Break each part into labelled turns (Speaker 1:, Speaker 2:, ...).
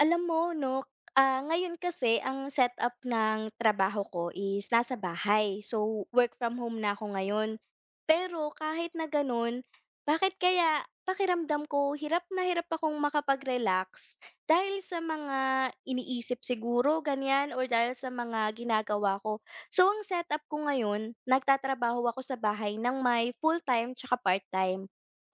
Speaker 1: Alam mo 'no, ngayon kasi ang setup ng trabaho ko is nasa bahay. So, work from home na ako ngayon. Pero kahit na gano'n, bakit kaya pakiramdam ko hirap na hirap akong makapag-relax dahil sa mga iniisip siguro ganiyan or dahil sa mga ginagawa ko. So, ang setup ko ngayon, nagtatrabaho ako sa bahay ng may full-time 'tsaka part-time.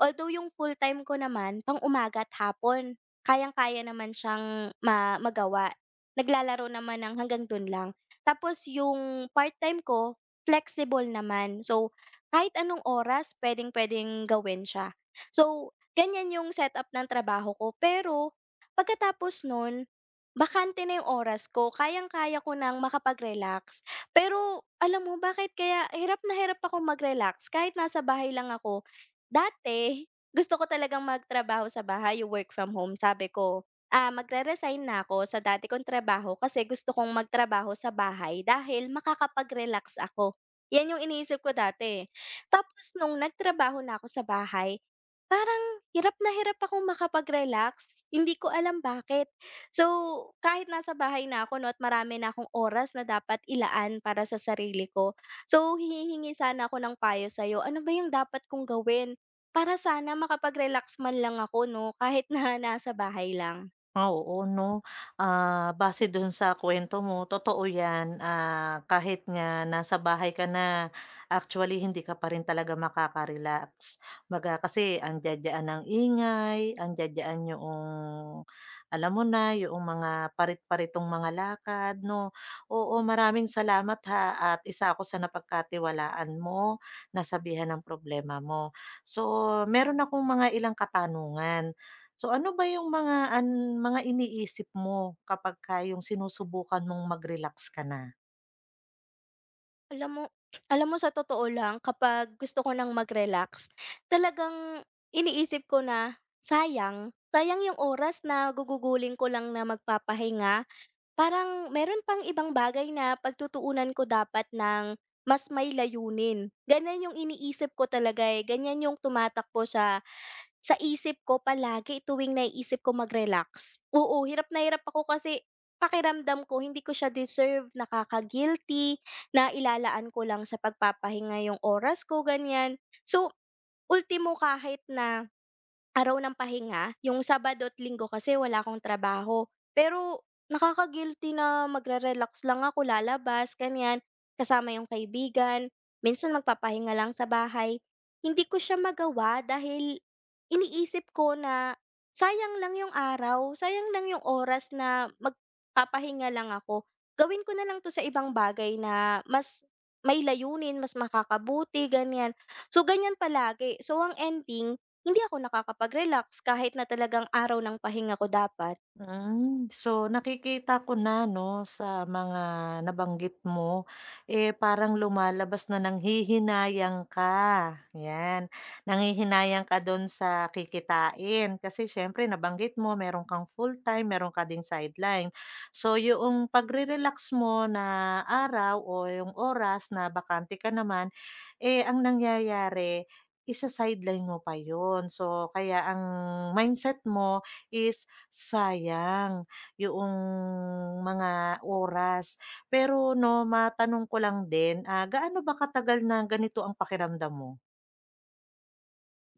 Speaker 1: Although yung full-time ko naman pang-umaga at hapon. Kayang-kaya naman siyang magawa. Naglalaro naman ng hanggang dun lang. Tapos yung part-time ko, flexible naman. So, kahit anong oras puwedeng-puwedeng gawin siya. So, ganyan yung setup ng trabaho ko. Pero pagkatapos nun, bakante na yung oras ko. Kayang-kaya ko nang makapag-relax. Pero alam mo bakit kaya hirap na hirap akong mag-relax kahit nasa bahay lang ako. Dati gusto ko talagang magtrabaho sa bahay, yung work from home. Sabi ko, magre-resign na ako sa dati kong trabaho kasi gusto kong magtrabaho sa bahay dahil makakapag-relax ako. Yan yung iniisip ko dati. Tapos nung nagtrabaho na ako sa bahay, parang hirap na hirap akong makapag-relax. Hindi ko alam bakit. So, kahit nasa bahay na ako, no, at marami na akong oras na dapat ilaan para sa sarili ko. So, hihingi sana ako ng payo sa'yo. Ano ba yung dapat kong gawin para sana makapag-relax man lang ako 'no, kahit na nasa bahay lang.
Speaker 2: Ah, oo 'no, base dun sa kuwento mo totoo 'yan, kahit nga nasa bahay ka na, actually hindi ka pa rin talaga makaka-relax. Kumbaga kasi ang diyan ng ingay, ang diyan yung alam mo na, yung mga parit-paritong mga lakad 'no. Oo, maraming salamat ha, at isa ako sa napagkatiwalaan mo, nasabihan ang problema mo. So meron akong mga ilang katanungan. So, ano ba yung mga mga iniisip mo kapagka yung sinusubukan mong mag-relax ka na?
Speaker 1: Alam mo alam mo sa totoo lang kapag gusto ko ng mag-relax, talagang iniisip ko na, sayang, sayang yung oras na gugugulin ko lang na magpapahinga. Parang meron pang ibang bagay na pagtutuunan ko dapat ng mas may layunin. Ganun yung iniisip ko talaga, eh, ganyan yung tumatakbo sa isip ko palagi tuwing naiisip ko mag-relax. Oo, hirap na hirap ako kasi pakiramdam ko hindi ko siya deserve, nakaka-guilty, na ilalaan ko lang sa pagpapahinga yung oras ko, ganyan. So, ultimo kahit na araw ng pahinga, yung Sabado at Linggo kasi wala akong trabaho. Pero nakaka-guilty na magre-relax lang ako, lalabas, ganyan, kasama yung kaibigan, minsan magpapahinga lang sa bahay. Hindi ko siya magawa dahil iniisip ko na sayang lang yung araw, sayang lang yung oras na magpapahinga lang ako. Gawin ko na lang 'to sa ibang bagay na mas may layunin, mas makakabuti, ganyan. So, ganyan palagi. So, ang ending hindi ako nakakapag-relax kahit na talagang araw ng pahinga ko dapat.
Speaker 2: So nakikita ko na 'no sa mga nabanggit mo, eh, parang lumalabas na nanghihinayang ka, 'yan. Nanghihinayang ka do'n sa kikitain kasi siyempre nabanggit mo meron kang full-time, meron ka ding sideline. So yung pagre-relax mo na araw o yung oras na bakante ka naman, eh, ang nangyayari isa-sideline mo pa 'yun. So kaya ang mindset mo is sayang yung mga oras. Pero 'no, matanong ko lang din, gaano ba katagal na ganito ang pakiramdam mo?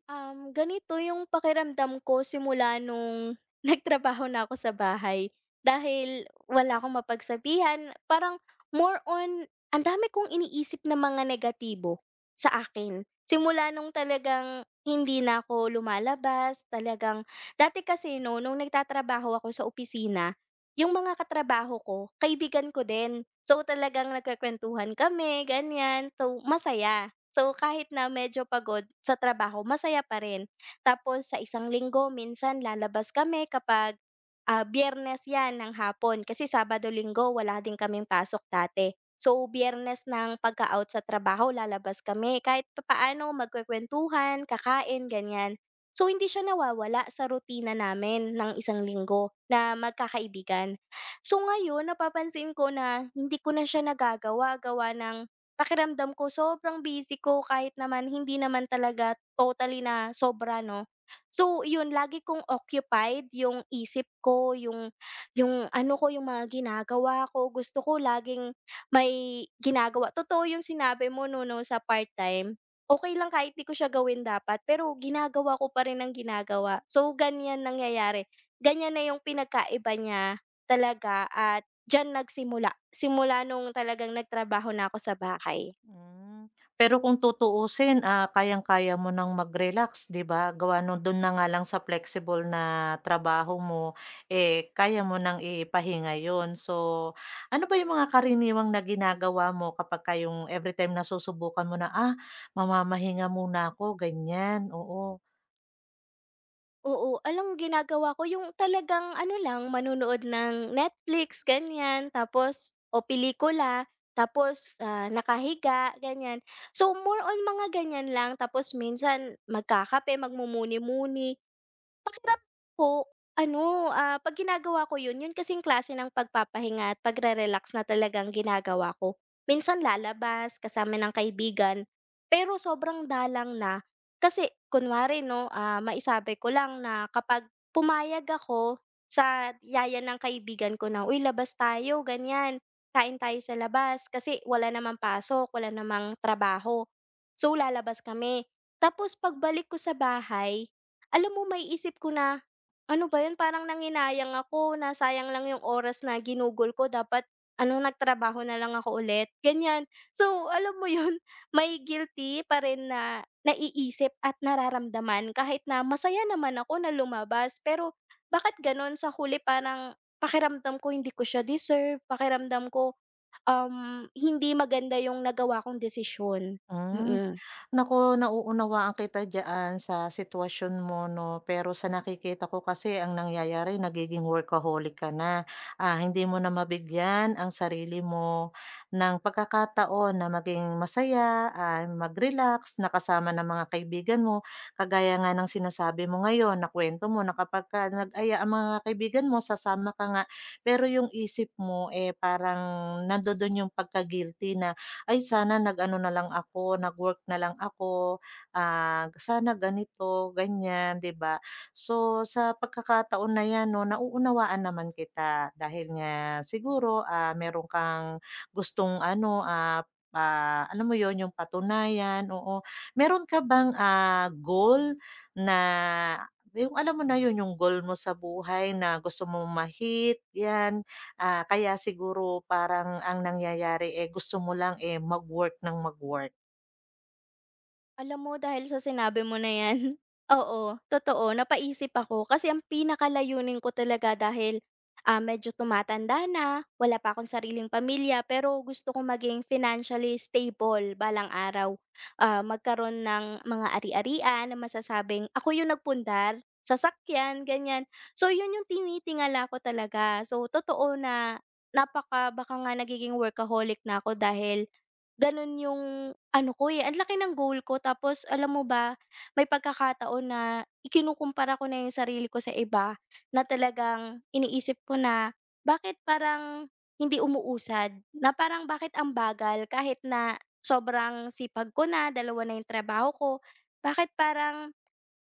Speaker 1: Ganito yung pakiramdam ko simula nung nagtrabaho na ako sa bahay. Dahil wala akong mapagsabihan, parang more on, ang dami kong iniisip na mga negatibo sa akin. Simula nung talagang hindi na ako lumalabas, talagang, dati kasi no, nung nagtatrabaho ako sa opisina, yung mga katrabaho ko, kaibigan ko din. So talagang nagkwekwentuhan kami, ganyan. So masaya. So, kahit na medyo pagod sa trabaho, masaya pa rin. Tapos sa isang linggo minsan lalabas kami kapag, Biyernes 'yan ng hapon kasi Sabado-Linggo wala din kaming pasok dati. So, Biyernes ng pagka-out sa trabaho lalabas kami kahit papaano magkwekwentuhan kakain, ganyan. So, hindi siya nawawala sa rutina namin ng isang linggo na magkakaibigan. So, ngayon napapansin ko na hindi ko na siya nagagawa gawa ng pakiramdam ko sobrang busy ko kahit naman hindi naman talaga totally na sobra 'no. So yun lagi kong occupied yung isip ko, yung mga ginagawa ko, gusto ko laging may ginagawa. Totoo yung sinabi mo 'no sa part-time, okay lang kahit 'di ko siya gawin dapat pero ginagawa ko pa rin ang ginagawa. So ganyan nangyayari, ganyan na yung pinagkaiba niya talaga at diyan nagsimula nung talagang nagtrabaho na ako sa bahay.
Speaker 2: Hmm. Pero kung tutuusin, kayang-kaya mo ng mag-relax, 'di ba? Gawa nung dun na nga lang sa flexible na trabaho mo, eh, kaya mo nang ipahinga yun. So, ano ba yung mga karaniwang na ginagawa mo kapagka yung everytime na susubukan mo na, "Ah, mamamahinga muna ako," ganyan? Oo.
Speaker 1: Oo, alam ginagawa ko yung talagang ano lang, manunood ng Netflix ganyan, tapos o pelikula, tapos, nakahiga ganyan. So, more on mga ganyan lang tapos minsan magkakape, magmumuni-muni. Pakiram ko ano, 'pag ginagawa ko yun, yun kasing klase ng pagpapahinga at pagre-relax na talagang ginagawa ko. Minsan lalabas kasama ng kaibigan, pero sobrang dalang na kasi kunwari 'no, maisabi ko lang na kapag pumayag ako sa yaya ng kaibigan ko na, "Uy, labas tayo ganyan, kain tayo sa labas." Kasi wala namang pasok, wala namang trabaho. So, lalabas kami. Tapos pagbalik ko sa bahay, alam mo may isip ko na, "Ano ba 'yun, parang nanginayang ako, nasayang lang 'yung oras na ginugol ko dapat ano, nagtrabaho na lang ako ulit." Ganyan. So, alam mo 'yun may guilty pa rin na naiisip at nararamdaman kahit na masaya naman ako na lumabas, pero bakit gano'n sa huli parang pakiramdam ko hindi ko siya deserve, pakiramdam ko, hindi maganda yung nagawa kong desisyon. Mm.
Speaker 2: Hmm,
Speaker 1: Mm.
Speaker 2: naku, nauunawaan kita diyaan sa sitwasyon mo 'no, pero sa nakikita ko kasi ang nangyayari nagiging workaholic ka na. Hindi mo na mabigyan ang sarili mo ng pagkakataon na maging masaya, mag-relax na ng mga kaibigan mo. Kagaya nga ng sinasabi mo ngayon, nakuwento mo na kapag ka nag-aya ang mga kaibigan mo sasama ka nga, pero yung isip mo, eh, parang nandodo'n yung pagka-guilty na ay sana nag-ano na lang ako, nag-work na lang ako, sana ganito, ganyan, 'di ba? So, sa pagkakataon na 'yan 'no, nauunawaan naman kita dahil nga siguro, meron kang gustong ano, alam mo yon yung patunayan, oo. Meron ka bang, goal na yung alam mo na 'yun, yung goal mo sa buhay na gusto mo ma-hit, 'yan? Kaya siguro parang ang nangyayari, eh, gusto mo lang, eh, mag-work ng mag-work.
Speaker 1: Alam mo dahil sa sinabi mo na 'yan, oo, totoo napaisip ako kasi ang pinakalayunin ko talaga dahil, medyo tumatanda na, wala pa akong sariling pamilya pero gusto ko maging financially stable balang araw. Magkaroon ng mga ari-arian na masasabing ako yung nagpundar, sasakyan, ganyan. So yun yung tinitingala ko talaga. So totoo na baka nga nagiging workaholic na ako dahil gano'n yung ano ko, eh, ang laki ng goal ko tapos alam mo ba, may pagkakataon na ikinukumpara ko na yung sarili ko sa iba na talagang iniisip ko na, bakit parang hindi umuusad, na parang bakit ang bagal kahit na sobrang sipag ko na, dalawa na yung trabaho ko, bakit parang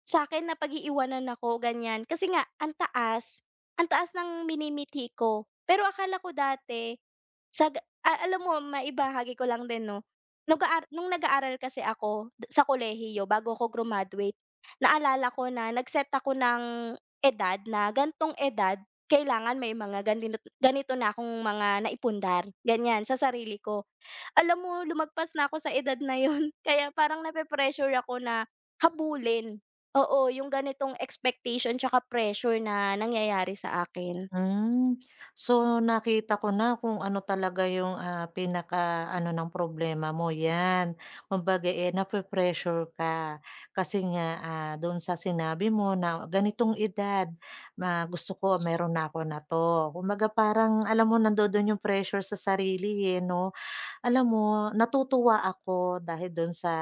Speaker 1: sa akin na pag iiwanan ako, ganyan. Kasi nga ang taas ng minimiti ko. Pero akala ko dati alam mo maibahagi ko lang din 'no, nung nag-aaral kasi ako sa kolehiyo bago ako grumaduate, naalala ko na nag-set ako ng edad na gantong edad kailangan may mga ganino ganito na akong mga naipundar, ganyan sa sarili ko. Alam mo lumagpas na ako sa edad na yun kaya parang nape-pressure ako na habulin, oo, yung ganitong expectation 'tsaka pressure na nangyayari sa akin.
Speaker 2: Hmm. So, nakita ko na kung ano talaga yung, pinaka-ano ng problema mo, 'yan. Kumbaga, eh, nape-pressure ka kasi nga, doon sa sinabi mo na ganitong edad na gusto ko meron na ako na 'to. Kumbaga, parang alam mo nandodo'n yung pressure sa sarili, eh, 'no? Alam mo natutuwa ako dahil dun sa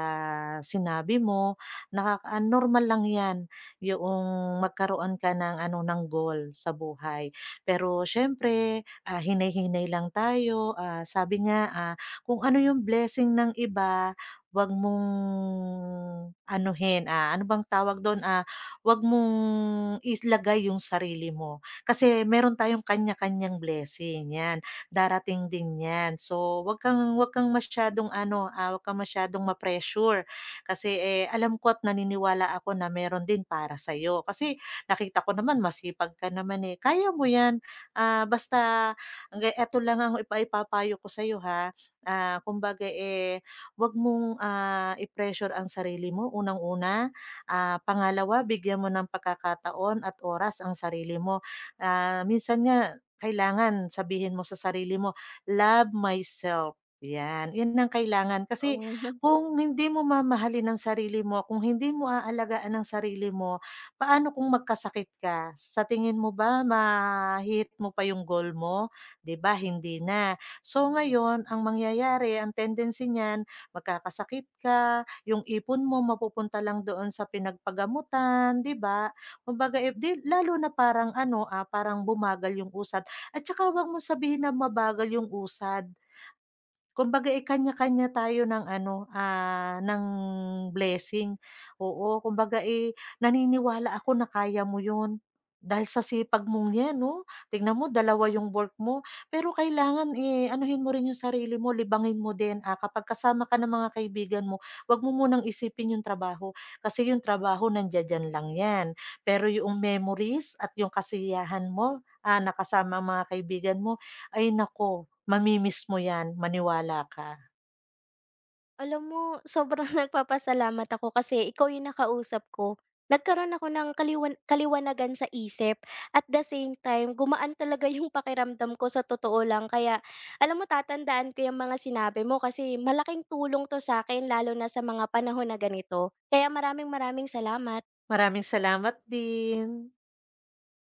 Speaker 2: sinabi mo, nakaka normal lang 'yan, yoong magkaroon ka ng ano, ng goal sa buhay. Pero siyempre, hinay-hinay lang tayo, sabi nga, kung ano yung blessing ng iba, 'wag mong anuhin, ano bang tawag dun, 'wag mong ilagay yung sarili mo. Kasi meron tayong kanya-kanyang blessing, 'yan darating din 'yan. So, huwag kang masyadong ano, huwag kang masyadong ma-pressure kasi, eh, alam ko at naniniwala ako na meron din para sa sa'yo. Kasi nakita ko naman masipag ka naman, eh, kaya mo 'yan. Basta hangga eto lang ang maipapayo ko sa sa'yo, ha. Kumbaga, eh, wag mong, i-pressure ang sarili mo unang-una. Pangalawa, bigyan mo ng pagkakataon at oras ang sarili mo. Minsan nga kailangan sabihin mo sa sarili mo, "Love myself." 'Yan, yun ang kailangan kasi
Speaker 1: Oo.
Speaker 2: kung hindi mo mamahalin ang sarili mo, kung hindi mo aalagaan ang sarili mo, paano kung magkasakit ka? Sa tingin mo ba ma hit mo pa yung goal mo? 'Di ba hindi na. So ngayon ang mangyayari, ang tendency niyan magkakasakit ka, yung ipon mo mapupunta lang doon sa pinagpagamutan, 'di ba? Kumbaga, eh, 'di lalo na parang ano, parang bumagal yung usad. At saka 'wag mong sabihin na mabagal yung usad. Kumbaga, eh, kanya-kanya tayo ng ano, ng blessing, oo. Kumbaga, eh, naniniwala ako na kaya mo 'yun, dahil sa sipag mong 'yan 'no. Tignan mo dalawa 'yung work mo, pero kailangan, eh, anuhin mo rin 'yung sarili mo, libangin mo din. Kapag kasama ka ng mga kaibigan mo, 'wag mo munang isipin 'yung trabaho, kasi 'yung trabaho nandiya lang 'yan. Pero 'yung memories at 'yung kasiyahan mo, nakasama ang mga kaibigan mo, ay nako mami mo 'yan, maniwala ka.
Speaker 1: Alam mo, sobrang nagpapasalamat ako kasi ikaw yung nakausap ko. Nagkaroon ako ng kaliwanagan sa isip. At the same time, gumaan talaga yung pakiramdam ko sa totoo lang. Kaya, alam mo, tatandaan ko yung mga sinabi mo kasi malaking tulong to sa akin, lalo na sa mga panahon na ganito. Kaya maraming maraming salamat.
Speaker 2: Maraming salamat din.